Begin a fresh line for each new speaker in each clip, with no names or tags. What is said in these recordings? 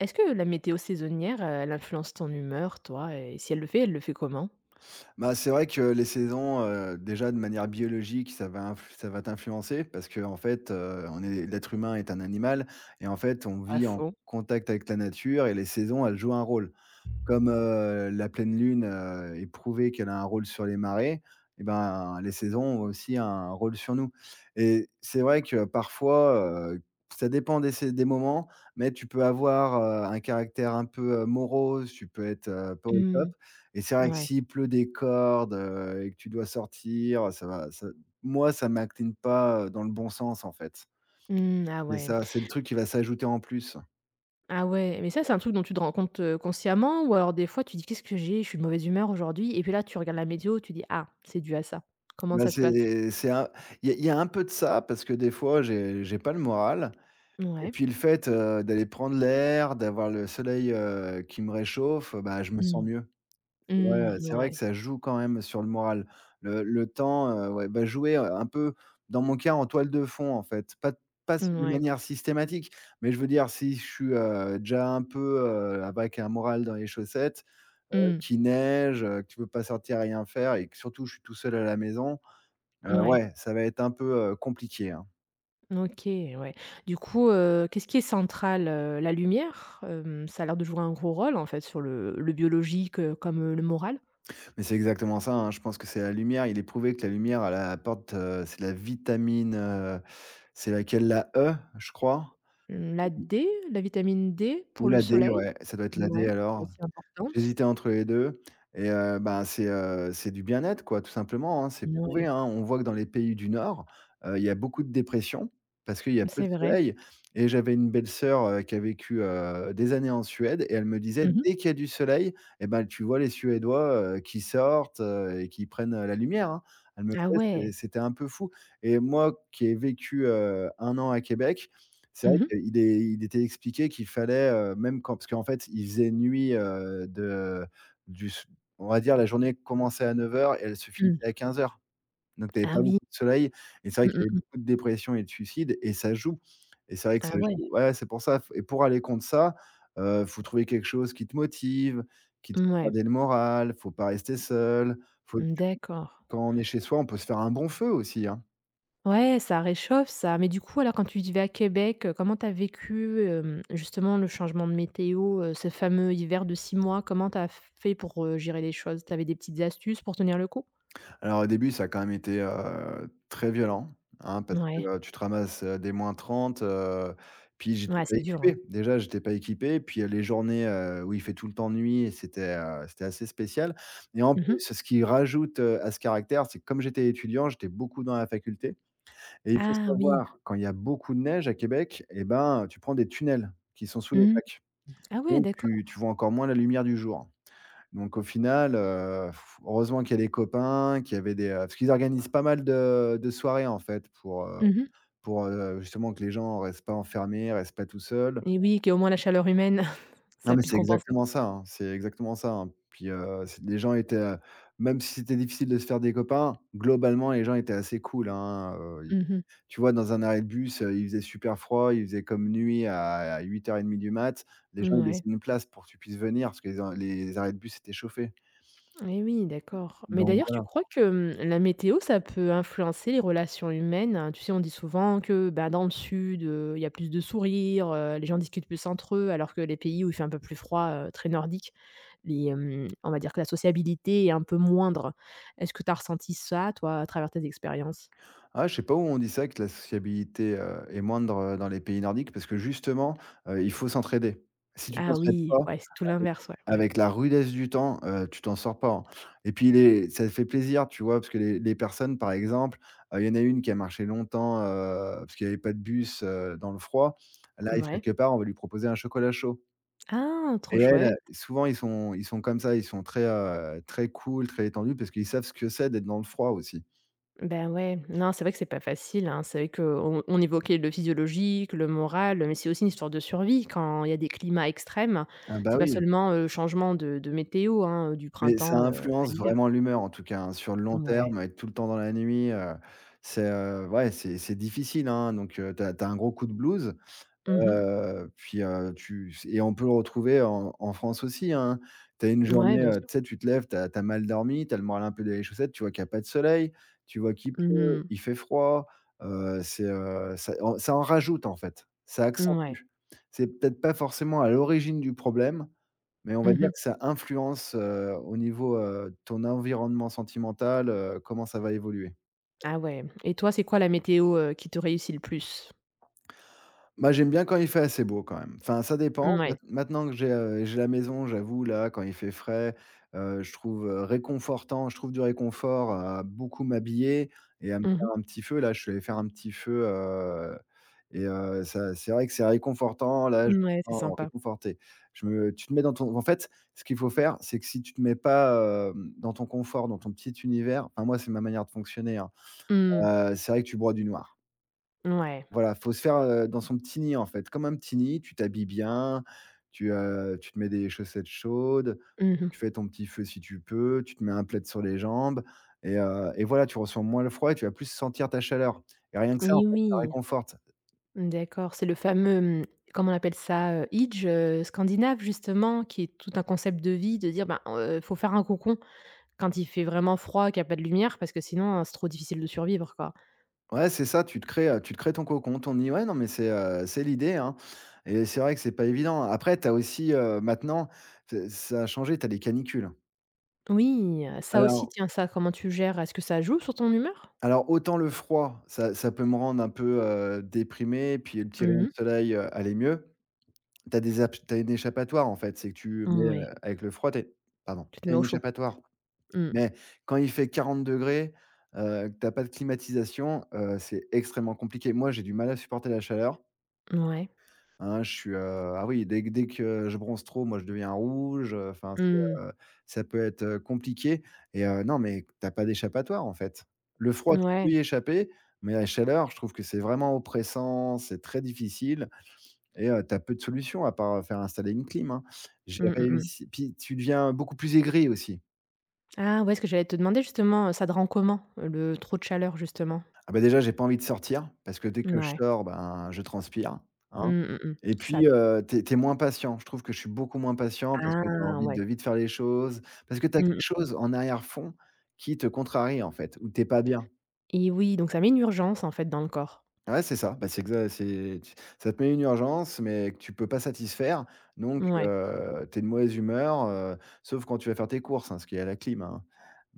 Est-ce que la météo saisonnière, elle influence ton humeur, toi? Et si elle le fait, elle le fait comment?
Bah, c'est vrai que les saisons, déjà de manière biologique, ça va t'influencer parce que en fait, on est l'être humain est un animal et en fait, on
À
vit en
fond.
contact avec la nature et les saisons, elles jouent un rôle. Comme, la pleine lune, est prouvée qu'elle a un rôle sur les marées, et ben, les saisons ont aussi un rôle sur nous et c'est vrai que parfois, ça dépend des moments, mais tu peux avoir, un caractère un peu, morose, tu peux être, pas au top
Mmh.
et c'est vrai que
Ouais.
s'il pleut des cordes, et que tu dois sortir, ça va ça moi, ça ne m'incline pas, dans le bon sens, en fait.
Mmh, ah
C'est
ouais.
ça, c'est le truc qui va s'ajouter en plus.
Ah ouais, mais ça, c'est un truc dont tu te rends compte, consciemment ou alors des fois tu dis: «Qu'est-ce que j'ai? Je suis de mauvaise humeur aujourd'hui» et puis là, tu regardes la météo, tu dis: «Ah, c'est dû à ça». Comment
Bah,
ça se passe?
c'est un il y a un peu de ça parce que des fois j'ai pas le moral et
Ouais.
puis le fait, d'aller prendre l'air, d'avoir le soleil, qui me réchauffe, bah, je me sens
Mmh.
mieux.
Ouais.
C'est vrai, heu,
Mmh,
c'est vrai que
ouais.
ça joue quand même sur le moral. Le temps, ouais, bah, jouer, un peu dans mon cas en toile de fond en fait, pas pas s de
Mouais.
manière systématique, mais je veux dire si je suis, déjà un peu, avec un moral dans les chaussettes,
Mmh.
qu'il neige, que tu peux pas sortir rien faire et que surtout je suis tout seul à la maison.
Ouais.
Ouais, ça va être un peu, compliqué, hein.
OK, ouais. Du coup, qu'est-ce qui est central? La lumière? Ça a l'air de jouer un gros rôle, en fait, sur le biologique, comme, le moral?
Mais c'est exactement ça, hein, je pense que c'est la lumière. Il est prouvé que la lumière, elle apporte, c'est la vitamine, c'est laquelle? La E, je crois?
Mmh, la D, la vitamine D
Ou
pour le
la D,
soleil,
ouais, ça doit être la D
ouais, qui est
alors.
aussi importante.
J'hésitais entre les 2 et bah, c'est du bien-être quoi, tout simplement, hein. C'est prouvé,
Ouais,
hein. On voit que dans les pays du Nord, il y a beaucoup de dépression parce qu'il y a peu de
c'est vrai.
soleil et j'avais une belle-sœur, qui a vécu, des années en Suède et elle me disait:
Mmh.
«Dès qu'il y a du soleil et ben, tu vois les Suédois, qui sortent, et qui prennent, la lumière, hein». Elle me
Ah
fait
ouais.
c'est c'était un peu fou et moi qui ai vécu, 1 an à Québec, c'est vrai
Mmh mh.
qu'il était expliqué qu'il fallait, même quand parce qu'en fait, il faisait nuit, de du s on va dire la journée commençait à 9 heures et elle se
Mmh.
finissait à 15 heures. Donc tu avais
Ah
pas
oui.
beaucoup de soleil et c'est vrai
Mmh
qu'il
mh,
y avait
mmh.
beaucoup de dépressions et de suicides et ça joue et c'est vrai que
Ah
ça
ouais.
joue, ouais, c'est pour ça. F Et pour aller contre ça, faut trouver quelque chose qui te motive, qui te fait
Mouais.
garder le moral, faut pas rester seul, faut
Mmh,
tu
d'accord.
quand on est chez soi, on peut se faire un bon feu aussi, hein.
Ouais, ça réchauffe ça. Mais du coup alors quand tu vivais à Québec, comment tu as vécu, justement le changement de météo, ce fameux hiver de 6 mois? Comment tu as fait pour, gérer les choses? Tu avais des petites astuces pour tenir le coup?
Alors au début, ça a quand même été, très violent, hein, parce que,
Ouais.
tu te ramasses, des -30, puis j'étais
Ouais,
pas
c'est dur, hein.
équipé. Déjà, j'étais pas équipé, puis, les journées, où il fait tout le temps nuit et c'était assez spécial et en
Mmh
plus,
mh.
ce qui rajoute, à ce caractère, c'est que comme j'étais étudiant, j'étais beaucoup dans la faculté et il faut
Ah oui.
savoir, quand il y a beaucoup de neige à Québec et ben, tu prends des tunnels qui sont sous les
Mmh.
facs,
Ah ouais,
donc
d'accord.
tu vois encore moins la lumière du jour. Donc au final, heureusement qu'il y a des copains, qu'il y avait des, parce qu'ils organisent pas mal de soirées en fait pour, heu
Mmh mh.
pour, heu, justement que les gens restent pas enfermés, restent pas tout seuls.
Et oui, qu'il y ait au moins la chaleur humaine,
Non
ça
mais
puisse
c'est
compenser.
exactement ça, hein, c'est exactement ça, hein. Puis, c'est les gens étaient, même si c'était difficile de se faire des copains, globalement les gens étaient assez cool, hein, ils
Mmh mh.
tu vois dans un arrêt de bus, il faisait super froid, il faisait comme nuit à 8h30 du mat. Les gens, ils laissaient une place pour que tu puisses venir parce que les arrêts de bus étaient chauffés.
Et oui, d'accord. Mais
Donc
d'ailleurs, tu crois que, mmh, la météo, ça peut influencer les relations humaines? Hein? Tu sais, on dit souvent que, bah, dans le sud, il y a plus de sourires, les gens discutent plus entre eux, alors que les pays où il fait un peu plus froid, très nordique, les, on va dire que la sociabilité est un peu moindre. Est-ce que tu as ressenti ça, toi, à travers tes expériences?
Ah, je sais pas où on dit ça que la sociabilité, est moindre, dans les pays nordiques parce que justement, il faut s'entraider. Si tu
Ah
t'entraides pas
oui, ouais, c'est tout
avec
l'inverse, ouais, ouais.
avec la rudesse du temps, tu t'en sors pas, hein, et puis les ça fait plaisir, tu vois? Parce que les personnes, par exemple, il y en a une qui a marché longtemps, parce qu'il y avait pas de bus, dans le froid. Elle arrive
Ouais.
quelque part, on va lui proposer un chocolat chaud
Ah! Trop
et
chouette.
souvent ils sont comme ça, ils sont très, très cool, très détendus parce qu'ils savent ce que c'est d'être dans le froid aussi.
Ben, ouais, non, c'est vrai que c'est pas facile, hein. C'est vrai qu'on évoquait le physiologique, le moral, mais c'est aussi une histoire de survie quand il y a des climats extrêmes.
Ah bah,
C'est pas
oui.
seulement, le changement de météo, hein, du
Mais ça
printemps, à
influence
l'hiver.
vraiment l'humeur en tout cas, hein, sur le long
Ouais.
terme, être tout le temps dans la nuit, ouais, c'est difficile, hein, donc tu as un gros coup de blues,
Mmh.
puis, tu c et on peut le retrouver en France aussi, hein. Tu as une
Ouais,
journée,
bien sûr.
tu sais, tu te lèves, tu as mal dormi, tu as le moral un peu dans les chaussettes, tu vois qu'il y a pas de soleil, tu vois qu'il pleut,
Mmh.
il fait froid, ça en rajoute en fait, ça
Ouais.
accentue. C'est peut-être pas forcément à l'origine du problème, mais on va dire
Mmh.
que ça influence, au niveau, ton environnement sentimental, comment ça va évoluer.
Ah ouais et toi, c'est quoi la météo, qui te réussit le plus?
Bah, j'aime bien quand il fait assez beau quand même. Enfin, ça dépend. Maint
Ouais,
maintenant que j'ai la maison, j'avoue, là, quand il fait frais, je trouve, réconfortant, je trouve du réconfort à beaucoup m'habiller et à me
Mmh
faire
mh.
un petit feu. Là, je suis allé faire un petit feu, ça, c'est vrai que c'est réconfortant. Là, je me
C'est
sens
sympa.
réconforté. Je me Tu te mets dans ton en fait, ce qu'il faut faire, c'est que si tu te mets pas, dans ton confort, dans ton petit univers, enfin moi, c'est ma manière de fonctionner, hein,
Mmh.
c'est vrai que tu broies du noir.
Ouais.
Voilà, faut se faire, dans son petit nid, en fait. Comme un petit nid, tu t'habilles bien, tu te mets des chaussettes chaudes,
Mmh
tu
mh.
fais ton petit feu si tu peux, tu te mets un plaid sur les jambes et voilà, tu ressens moins le froid et tu vas plus sentir ta chaleur et rien que ça, en
Eh
fait, ça
oui.
réconforte.
D'accord, c'est le fameux, mmh, comment on appelle ça? Idj, scandinave justement, qui est tout un concept de vie, de dire, ben, faut faire un cocon quand il fait vraiment froid, qu'il y a pas de lumière parce que sinon, c'est trop difficile de survivre, quoi.
Ouais, c'est ça, tu te crées ton cocon, ton nid. Ouais, non, mais c'est l'idée, hein, et c'est vrai que c'est pas évident. Après, tu as aussi, maintenant, c'est ça a changé, tu as les canicules.
Oui, ça aussi,
Alors
tiens, ça, comment tu gères? Est-ce que ça joue sur ton humeur?
Alors autant le froid, ça peut me rendre un peu, déprimé, puis le petit rayon
Mmh
de
mh.
soleil, allait mieux. Tu as des abs tu une échappatoire en fait, c'est que tu mets, avec le froid,
Tu te
tu as
mets
une
au chaud.
échappatoire.
Mmh.
Mais quand il fait 40°, que tu as pas de climatisation, c'est extrêmement compliqué. Moi, j'ai du mal à supporter la chaleur.
Ouais.
Hein, ah oui, dès que je bronze trop, moi, je deviens rouge, enfin, c'est,
Mmh.
heu, ça peut être, compliqué, et non, mais t'as pas d'échappatoire, en fait. Le froid, tu peux
Ouais.
y échapper, mais la chaleur, je trouve que c'est vraiment oppressant, c'est très difficile et tu peu de solutions à part, faire installer une clim, hein. J'ai
Mmh, mmh mh.
réussi, puis tu deviens beaucoup plus aigri aussi.
Ah ouais, ce que j'allais te demander justement, ça te rend comment, le trop de chaleur justement?
Ah bah, déjà, j'ai pas envie de sortir parce que dès que je
Ouais.
sors, ben, je transpire, hein,
Mmh, mmh mh.
et
Ça
puis, tu es moins patient. Je trouve que je suis beaucoup moins patient parce que tu as
ah
envie de
ouais.
vite faire les choses, parce que tu as quelque
Mmh.
chose en arrière-fond qui te contrarie, en fait, où tu es pas bien.
Et oui, donc ça met une urgence, en fait, dans le corps.
Ouais, c'est ça. Bah, c'est exa c'est tu ça te met une urgence, mais que tu peux pas satisfaire, donc
Ouais,
tu es de mauvaise humeur, sauf quand tu vas faire tes courses, hein, ce qui est à la clim, hein,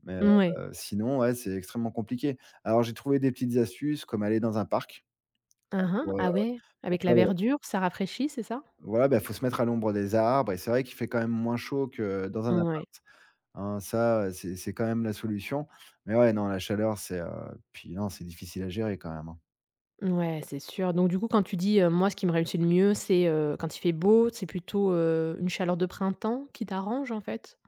mais
ouais.
sinon, ouais, c'est extrêmement compliqué. Alors j'ai trouvé des petites astuces comme aller dans un parc
Hein, hein.
pour, heu,
Ah ouais?
pour
Avec
faire.
la verdure, ça rafraîchit, c'est ça?
Voilà, bah, faut se mettre à l'ombre des arbres et c'est vrai qu'il fait quand même moins chaud que dans un appart,
Ouais,
hein, ça, c'est quand même la solution. Mais ouais, non, la chaleur, c'est, puis non, c'est difficile à gérer quand même, hein.
ouais, c'est sûr. Donc du coup, quand tu dis, «Moi, ce qui me réussit le mieux, c'est, quand il fait beau», c'est plutôt, une chaleur de printemps qui t'arrange, en fait?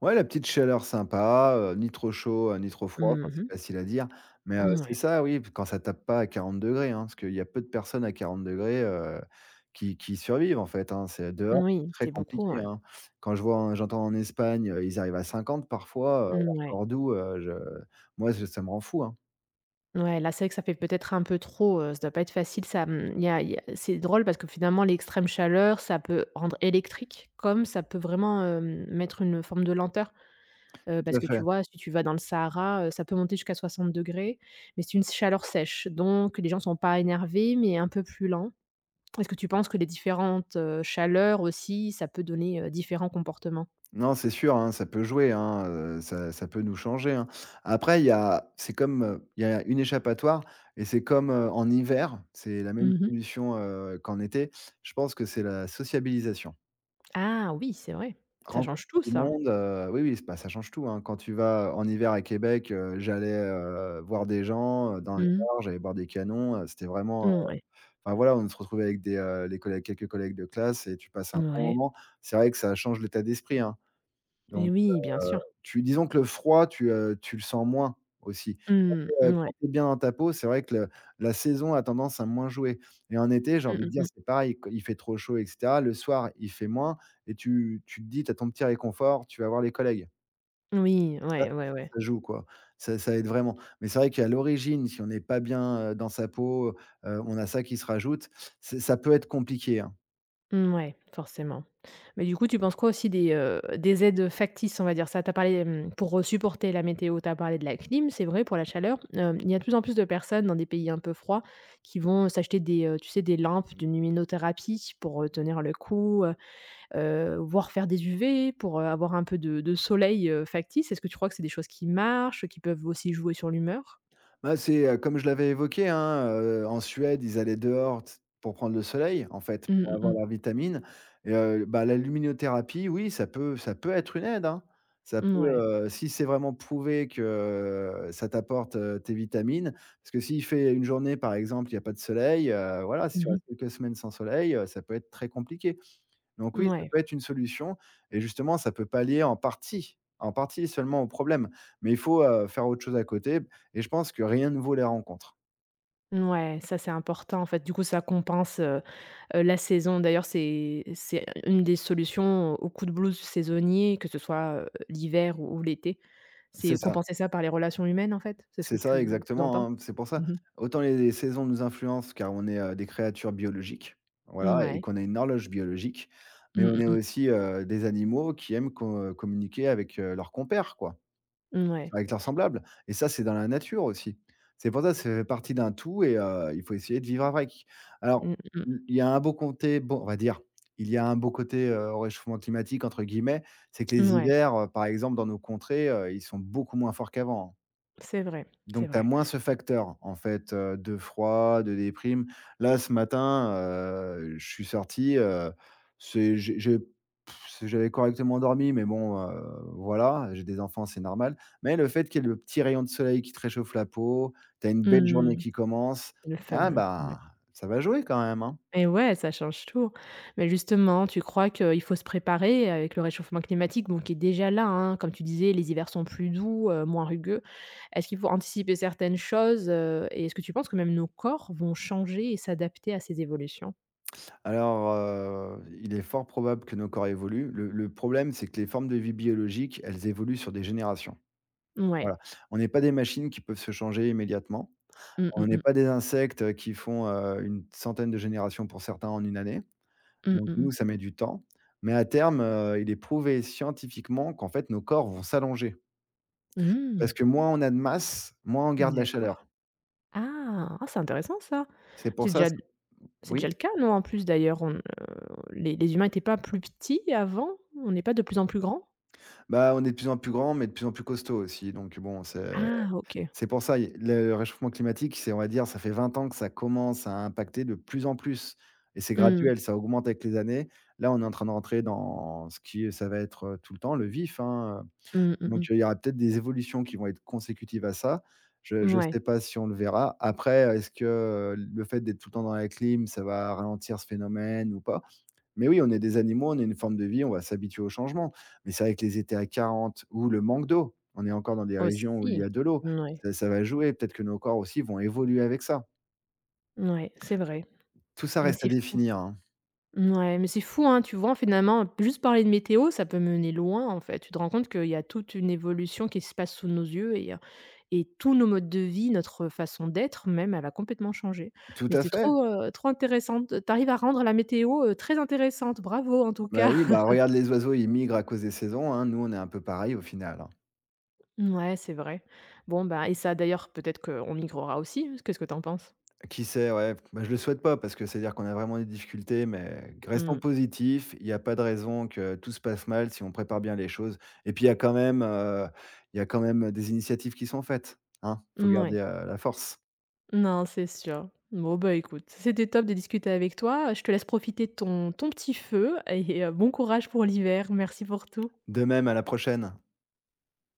Ouais, la petite chaleur sympa, ni trop chaud, ni trop froid, enfin,
Mmh.
c'est facile à dire, mais c'est
Ouais.
ça, oui, quand ça tape pas à 40°, hein, parce qu'il y a peu de personnes à 40°, heu, qui survivent, en fait, hein. C'est dehors, c'est
Oui,
très
c'est beaucoup,
compliqué,
ouais.
hein. Quand je vois en j'entends en Espagne, ils arrivent à 50 parfois, leur
Mouais.
Cordoue, je moi, je ça me rend fou, hein.
Ouais, ouais, là, c'est vrai que ça fait peut-être un peu trop, ça doit pas être facile, ça, mmh, il y a c'est drôle parce que finalement, l'extrême chaleur, ça peut rendre électrique, comme ça peut vraiment, mettre une forme de lenteur.
Tout
Parce
à
que tu
fait.
vois, si tu vas dans le Sahara, ça peut monter jusqu'à 60 degrés, mais c'est une chaleur sèche, donc les gens sont pas énervés, mais un peu plus lents. Est-ce que tu penses que les différentes, chaleurs aussi, ça peut donner, différents comportements?
Non, c'est sûr, hein, ça peut jouer, hein, ça peut nous changer, hein. Après, il y a c'est comme, il y a une échappatoire et c'est comme, en hiver, c'est la même
Mmh.
solution, qu'en été. Je pense que c'est la sociabilisation.
Ah oui, c'est vrai. Ça
Rencontrer
change tout
du
ça.
monde, oui, oui, bah, ça change tout, hein. Quand tu vas en hiver à Québec, j'allais, voir des gens, dans les
Mmh mh.
bars, j'allais boire des canons, c'était vraiment, enfin voilà, on se retrouvait avec des, les collègues quelques collègues de classe et tu passes un bon
Ouais.
moment. C'est vrai que ça change l'état d'esprit, hein. Donc,
Et oui, bien sûr.
Tu disons que le froid, tu le sens moins aussi.
Mmh,
Et
mouais.
quand tu es bien dans ta peau, c'est vrai que le la saison a tendance à moins jouer, et en été, j'ai
Mmh
envie de dire,
mh, mmh.
c'est pareil, q il fait trop chaud et cetera. Le soir, il fait moins, et tu te dis, tu as ton petit réconfort, tu vas voir les collègues.
Oui,
Ça
ouais, ouais,
ça
ouais.
ça joue quoi, ça aide vraiment. Mais c'est vrai qu'à l'origine, si on n'est pas bien, dans sa peau, on a ça qui se rajoute, c'est ça peut être compliqué, hein.
Mm, ouais, forcément. Mais du coup, tu penses quoi aussi des aides factices, on va dire ça? Tu as parlé, pour, supporter la météo, tu as parlé de la clim, c'est vrai, pour la chaleur. Il y a de plus en plus de personnes dans des pays un peu froids qui vont s'acheter des, tu sais, des lampes de luminothérapie pour, tenir le coup, voire faire des UV pour, avoir un peu de soleil, factice. Est-ce que tu crois que c'est des choses qui marchent, qui peuvent aussi jouer sur l'humeur?
Bah, c'est, comme je l'avais évoqué, hein, en Suède, ils allaient dehors t pour prendre le soleil, en fait,
Mmh,
pour
mmh
avoir
mh.
la vitamine. Et bah, la luminothérapie, oui, ça peut être une aide, hein. Ça peut,
Mouais.
si c'est vraiment prouvé que ça t'apporte, tes vitamines, parce que s'il fait une journée, par exemple, il y a pas de soleil, voilà, si tu
Mmh mh.
restes quelques semaines sans soleil, ça peut être très compliqué. Donc oui, ça
Mouais.
peut être une solution, et justement, ça peut pallier en partie seulement au problème, mais il faut, faire autre chose à côté, et je pense que rien ne vaut les rencontres.
Ça, c'est important, en fait. Du coup, ça compense. La saison d'ailleurs, c'est une des solutions aux coups de blues saisonniers, que ce soit, l'hiver ou l'été. C'est
C'est
ouais.
ça,
Compenser ça par les relations humaines, en fait? C'est ce que
c'est ça
tu
exactement,
entends.
hein. C'est pour ça,
Mmh ouais,
autant les saisons nous influencent car on est, des créatures biologiques, voilà, et
mouais.
qu'on a une horloge biologique, mais
Mmh
on est
mh mh.
aussi, des animaux qui aiment co communiquer avec, leurs compères, quoi.
Mouais.
Avec leurs semblables, et ça, c'est dans la nature aussi. C'est pour ça, ça fait partie d'un tout, et il faut essayer de vivre avec. Alors,
Mmh mh.
il y a un beau côté, bon, on va dire, il y a un beau côté, «au réchauffement climatique» entre guillemets, c'est que les hivers, par exemple, dans nos contrées, ils sont beaucoup moins forts qu'avant, hein.
C'est vrai, c'est
Donc tu as
vrai.
moins ce facteur, en fait, de froid, de déprime. Là, ce matin, je suis sorti, c'est j'ai pff, j'avais correctement dormi, mais bon, voilà, j'ai des enfants, c'est normal. Mais le fait qu'il y ait le petit rayon de soleil qui te réchauffe la peau, tu as une belle journée
Mmh.
qui commence,
Le
ah
fameux, ouais.
bah, ça va jouer quand même, hein.
Et ouais, ça change tout. Mais justement, tu crois qu'il faut se préparer avec le réchauffement climatique, bon, qui est déjà là, hein, comme tu disais, les hivers sont plus doux, moins rugueux. Est-ce qu'il faut anticiper certaines choses, et est-ce que tu penses que même nos corps vont changer et s'adapter à ces évolutions?
Alors, il est fort probable que nos corps évoluent. Le problème, c'est que les formes de vie biologiques, elles évoluent sur des générations.
Ouais.
Voilà. On n'est pas des machines qui peuvent se changer immédiatement.
Mmh
On
mh
n'est
mh.
pas des insectes, qui font, une centaine de générations pour certains en une année.
Mmh
Donc
mh mh.
nous, ça met du temps. Mais à terme, il est prouvé scientifiquement qu'en fait, nos corps vont s'allonger. Parce que moins on a de masse, moins on
Mmh,
garde la
d'accord.
chaleur.
Ah! Ah, c'est intéressant ça.
C'est pour
C'est
ça,
déjà
c
c'est déjà
oui?
le cas, non? En plus d'ailleurs, on, les humains n'étaient pas plus petits avant? On n'est pas de plus en plus grands?
Bah, on est de plus en plus grand, mais de plus en plus costaud aussi. Donc bon, c'est
Ah OK.
c'est pour ça, il le réchauffement climatique, c'est, on va dire, ça fait 20 ans que ça commence à impacter de plus en plus, et c'est
Mmh.
graduel, ça augmente avec les années. Là, on est en train de rentrer dans ce qui ça va être, tout le temps le vif, hein.
Mmh mh mh.
Donc, il y aura peut-être des évolutions qui vont être consécutives à ça. Je
Ouais
sais pas si on le verra. Après, est-ce que, le fait d'être tout le temps dans la clim, ça va ralentir ce phénomène ou pas? Mais oui, on est des animaux, on a une forme de vie, on va s'habituer au changement. Mais c'est vrai que les étés à 40 ou le manque d'eau, on est encore dans des régions où il y
aussi.
a de l'eau,
Ouais,
ça ça va jouer. Peut-être que nos corps aussi vont évoluer avec ça.
ouais, c'est vrai,
Tout ça
mais
reste à
c'est fou.
définir, hein.
Ouais, mais c'est fou, hein, tu vois? Finalement, juste parler de météo, ça peut mener loin, en fait. Tu te rends compte qu'il y a toute une évolution qui se passe sous nos yeux et tous nos modes de vie, notre façon d'être même, elle a complètement changé.
Tout
Mais
à
c'est
fait.
trop, trop intéressant. Tu arrives à rendre la météo, très intéressante. Bravo, en tout
Bah,
cas.
oui, bah, regarde les oiseaux, ils migrent à cause des saisons, hein. Nous, on est un peu pareil au final, hein.
Ouais, c'est vrai. Bon, bah et ça, d'ailleurs, peut-être qu'on migrera aussi. Qu'est-ce que t'en penses?
Qui sait, ouais. Bah, je le souhaite pas parce que c'est-à-dire qu'on a vraiment des difficultés, mais restons
Mmh.
positifs. Il y a pas de raison que tout se passe mal si on prépare bien les choses. Et puis il y a quand même, il y a quand même des initiatives qui sont faites, hein. Faut garder,
Mouais.
la force.
Non, c'est sûr. Bon, bah, écoute, c'était top de discuter avec toi. Je te laisse profiter de ton petit feu et bon courage pour l'hiver. Merci pour tout.
De même, à la prochaine.